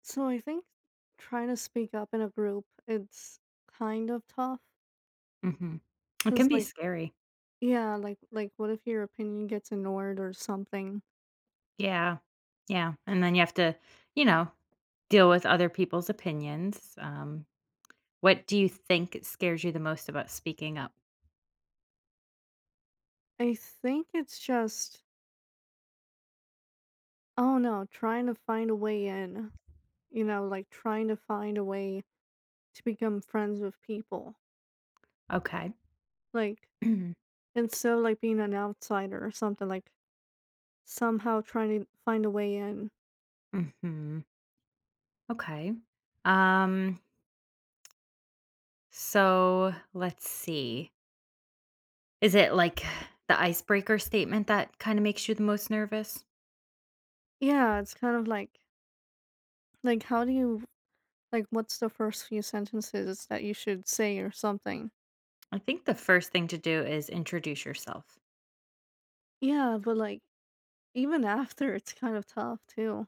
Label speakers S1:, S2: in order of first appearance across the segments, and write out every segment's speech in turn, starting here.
S1: So I think trying to speak up in a group, it's kind of tough
S2: Mhm. It can
S1: cuz
S2: be
S1: like
S2: scary.
S1: yeah, like like what if your opinion gets ignored or something?
S2: Yeah. Yeah, and then you have to, you know, deal with other people's opinions. What do you think scares you the most about speaking up?
S1: I think it's just oh no, trying to find a way in, you know, like trying to find a way to become friends with people.
S2: Okay.
S1: Like instead of like being an outsider or something, like somehow trying to find a way in.
S2: Mhm. Okay. Um, so let's see. Is it like the icebreaker statement that kinda makes you the most nervous?
S1: Yeah, it's kind of like how do you like what's the first few sentences that you should say or something?
S2: I think the first thing to do is introduce yourself.
S1: Yeah, but, like, even after, it's kind of tough too.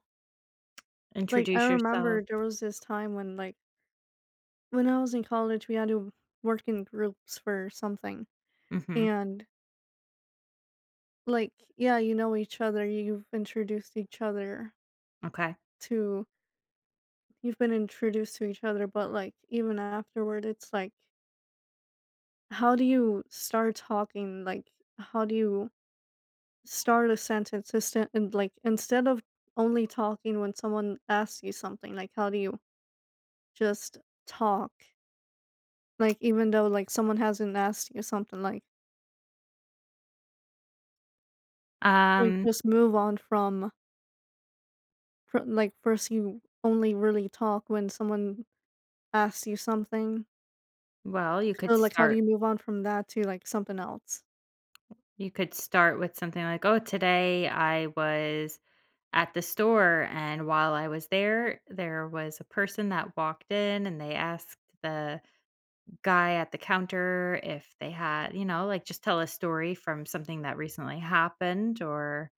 S1: Like, I
S2: Introduce yourself.
S1: remember there was this time when, like when I was in college, we had to work in groups for something,
S2: Mhm.
S1: and, like, yeah, you know each other,
S2: Okay.
S1: to you've been introduced to each other, but, like, even afterward, it's like, how do you start talking? Like, how do you start a sentence instead and, like, instead of only talking when someone asks you something, like, how do you just talk. Like, even though, like, someone hasn't asked you something, like,
S2: Um,
S1: just move on from fr like, first you only really talk when someone asks you something.
S2: well, you could
S1: So, like, how do
S2: start.
S1: you move on from that to, like, something else?
S2: You could start with something like, "Oh, today I was at the store, and while I was there, there was a person that walked in, and they asked the guy at the counter if they had," like, just tell a story from something that recently happened, or,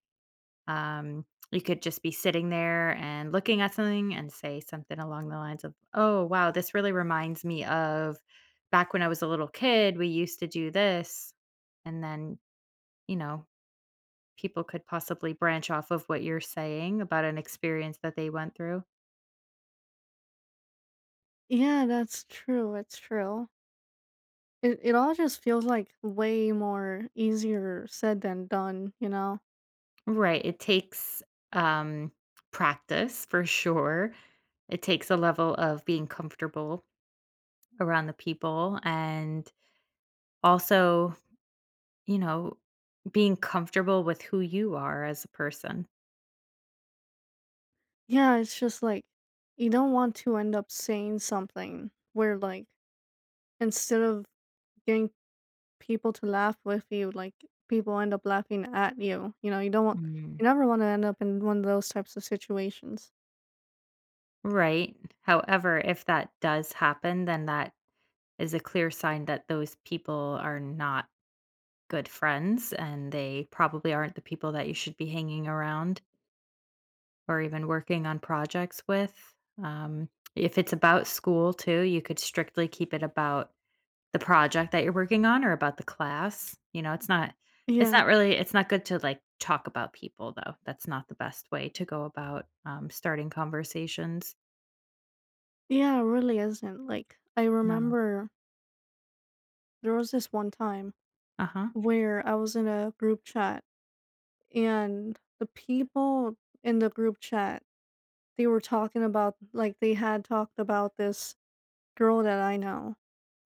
S2: um, you could just be sitting there and looking at something and say something along the lines of, "Oh, wow, this really reminds me of back when I was a little kid, we used to do this." And then, you know, people could possibly branch off of what you're saying about an experience that they went through.
S1: Yeah, that's true, it's true. It all just feels, like, way more easier said than done, you know?
S2: Right, it takes, um, practice for sure. It takes a level of being comfortable around the people and also, you know, being comfortable with who you are as a person.
S1: Yeah, it's just, like, you don't want to end up saying something where, like, instead of getting people to laugh with you, like, people end up laughing at you, you know, you don't want
S2: Mm.
S1: you never wanna end up in one of those types of situations.
S2: Right. However, if that does happen, then that is a clear sign that those people are not good friends and they probably aren't the people that you should be hanging around or even working on projects with. Um, if it's about school too, you could strictly keep it about the project that you're working on or about the class. It's not it's
S1: Yeah.
S2: not really it's not good to like talk about people though. That's not the best way to go about starting conversations.
S1: Yeah, it really isn't, like, I
S2: No.
S1: remember there was this one time
S2: Uh-huh.
S1: where I was in a group chat, and the people in the group chat, they were talking about like, they had talked about this girl that I know,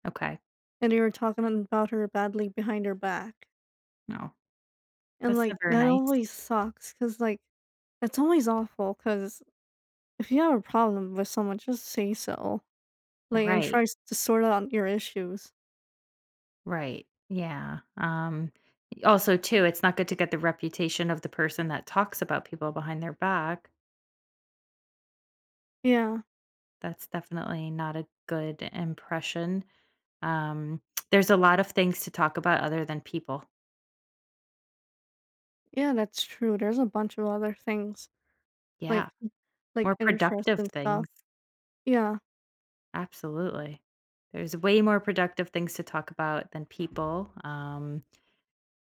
S2: Okay.
S1: and they were talking about her badly behind her back,
S2: No.
S1: and,
S2: That's
S1: like,
S2: never
S1: that
S2: nice.
S1: always sucks because like, that's always awful because. If you have a problem with someone, just say so, like, and
S2: Right.
S1: try s to sort out your issues.
S2: Right. Yeah. Also too, it's not good to get the reputation of the person that talks about people behind their back.
S1: Yeah.
S2: That's definitely not a good impression. Um there's a lot of things to talk about other than people.
S1: Yeah, that's true, there's a bunch of other things, like
S2: Yeah. More
S1: like interest
S2: productive
S1: and stuff.
S2: things.
S1: Yeah.
S2: Absolutely. There's way more productive things to talk about than people.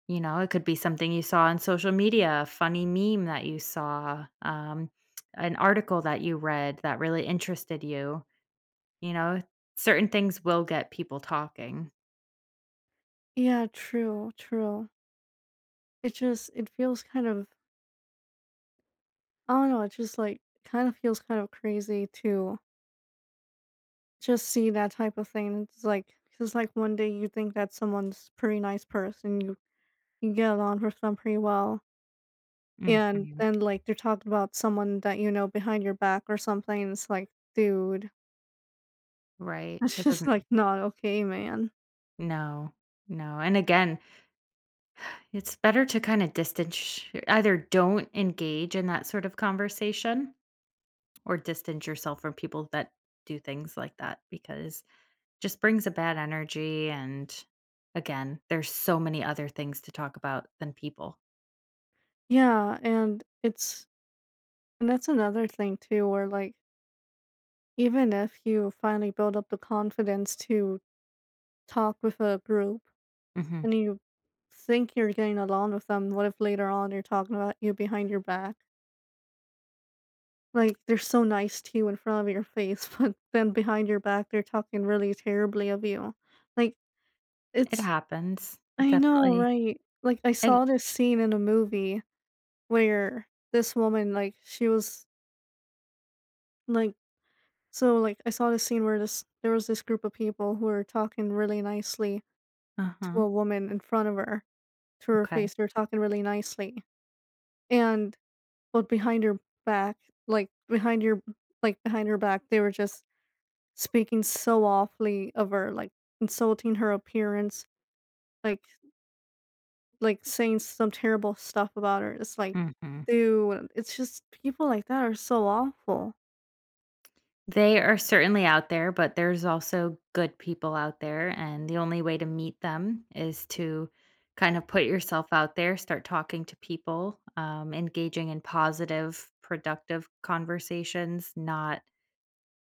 S2: It could be something you saw on social media, a funny meme that you saw, an article that you read that really interested you. You know, Certain things will get people talking.
S1: Yeah, true, true. It just it feels kind of I don't know, it just, like, kind of feels kind of crazy to just see that type of thing, it's like because like, one day you think that someone's pretty nice person, you get along with them pretty well. And
S2: Mhm.
S1: then, like, they're talking about someone that you know behind your back or something, it's like, "Dude,
S2: Right.
S1: that's
S2: It
S1: just,
S2: doesn't.
S1: like, not okay, man."
S2: No. No, and again, it's better to kinda distance. Either don't engage in that sort of conversation or distance yourself from people that do things like that because just brings a bad energy and again, there's so many other things to talk about than people.
S1: Yeah, and it's and that's another thing too where, like, even if you finally build up the confidence to talk with a group
S2: Mhm.
S1: and you think you're getting along with them, what if later on they're talking about you behind your back? Like, they're so nice to you in front of your face, but then behind your back, they're talking really terribly of you. Like,
S2: It
S1: it's
S2: happens. It
S1: I know,
S2: definitely
S1: right? Like, I
S2: it.
S1: saw this scene in a movie where this woman, like, she was like, so, like, I saw this scene where this there was this group of people who were talking really nicely to
S2: Uh-huh.
S1: a woman in front of her, to her
S2: Okay.
S1: face. They were talking really nicely, and but behind her back, like behind your, like behind her back, they were just speaking so awfully of her, like insulting her appearance, like like, saying some terrible stuff about her. It's like,
S2: Mhm.
S1: dude, it's just people like that are so awful.
S2: They are certainly out there, but there's also good people out there, and the only way to meet them is to kind of put yourself out there, start talking to people, engaging in positive, productive conversations, not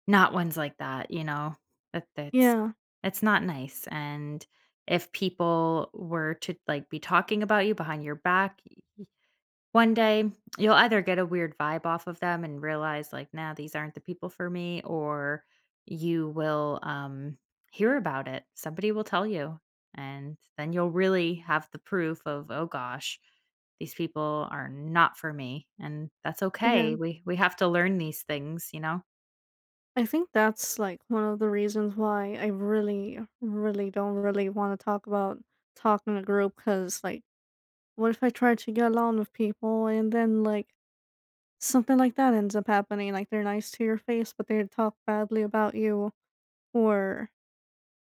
S2: not ones like that, That that's
S1: Yeah.
S2: it's not nice. And if people were to like be talking about you behind your back, one day, you'll either get a weird vibe off of them and realize, like, nah, these aren't the people for me, or you will hear about it. Somebody will tell you. And then you'll really have the proof of, oh gosh, these people are not for me. And that's
S1: Yeah.
S2: okay. We have to learn these things, you know?
S1: I think that's, like, one of the reasons why I really, really don't really wanna talk about talking in a cause like, what if I try to get along with people and then, like, something like that ends up happening, like, they're nice to your face, but they talk badly about you or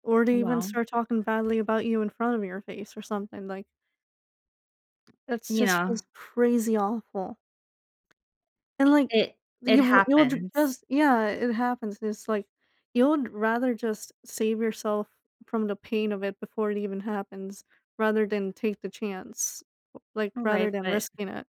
S1: or they even
S2: Well,
S1: start talking badly about you in front of your face or something, like that's
S2: you
S1: just
S2: know,
S1: feels crazy awful, and, like,
S2: it it
S1: you would
S2: happens.
S1: just yeah, it happens, it's like, you would rather just save yourself from the pain of it before it even happens, rather than take the chance, like, rather
S2: Right.
S1: than
S2: But
S1: risking it.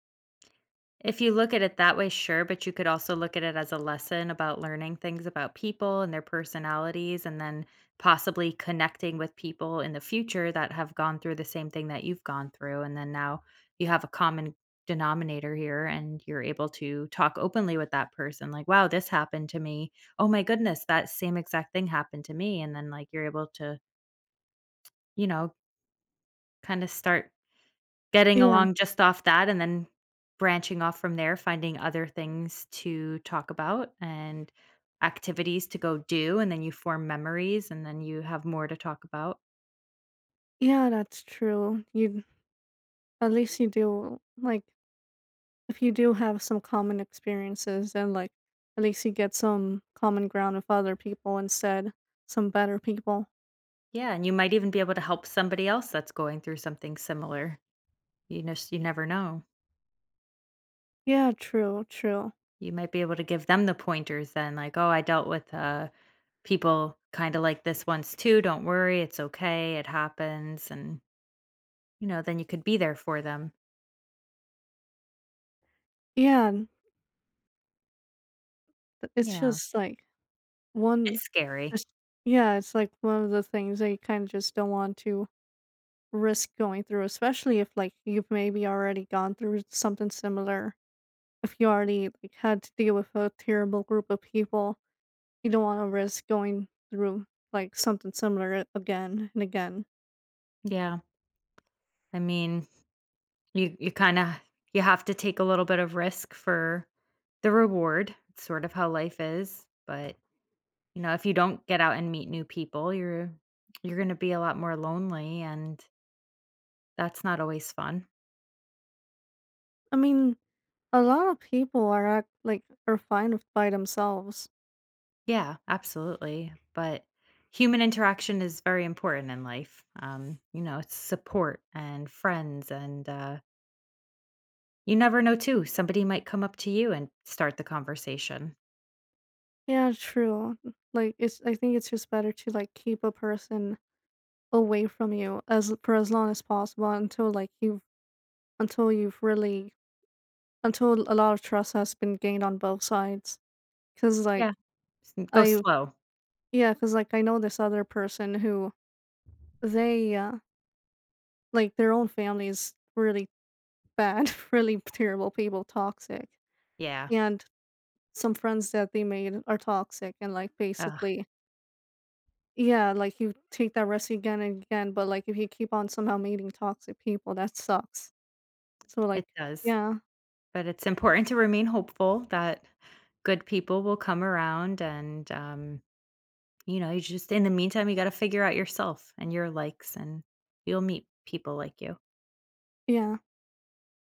S2: if you look at it that way, sure, but you could also look at it as a lesson about learning things about people and their personalities, and then possibly connecting with people in the future that have gone through the same thing that you've gone through. And then now you have a common denominator here and you're able to talk openly with that person like, wow, this happened to me. Oh my goodness, that same exact thing happened to me. And then, like, you're able to, you know, kind of start getting
S1: Yeah.
S2: along just off that and then branching off from there, finding other things to talk about and activities to go do, and then you form memories, and then you have more to talk about.
S1: Yeah, that's true, you at least you do like, if you do have some common experiences, then, like, at least you get some common ground with other people instead, some better people.
S2: Yeah, and you might even be able to help somebody else that's going through something similar. You know, you never know.
S1: Yeah, true, true.
S2: You might be able to give them the pointers then, like, "Oh, I dealt with, people kinda like this once too, don't worry, it's okay, it happens," and, then you could be there for them.
S1: Yeah. Th It's
S2: Yeah.
S1: just, like, one
S2: It's scary.
S1: it's yeah, it's, like, one of the things that you kinda just don't want to risk going through, especially if, like, you've maybe already gone through something similar. If you already, like, had to deal with a terrible group of people, you don't wanna risk going through, like, something similar again and again.
S2: Yeah. I mean, you kind of you have to take a little bit of risk for the reward. It's sort of how life is, but you know, if you don't get out and meet new people, you're going to be a lot more lonely and that's not always fun.
S1: I mean, a lot of people are act like, are fine with by themselves.
S2: Yeah, absolutely. But human interaction is very important in life. You know, it's support and friends and you never know too. Somebody might come up to you and start the conversation.
S1: Yeah, true. Like, it's I think it's just better to, like, keep a person away from you as for as long as possible until like you've until you've really until a lot of trust has been gained on both sides because like
S2: Yeah, go
S1: I
S2: slow.
S1: yeah because like I know this other person who they like their own family is really bad really terrible people toxic
S2: Yeah.
S1: and some friends that they made are toxic and like
S2: Ugh,
S1: basically yeah like you take that risk again and again but like if you keep on somehow meeting toxic people that sucks so
S2: it
S1: like
S2: does.
S1: yeah
S2: But it's important to remain hopeful that good people will come around and, you know, you just in the meantime, you gotta figure out yourself and your likes, and you'll meet people like you.
S1: yeah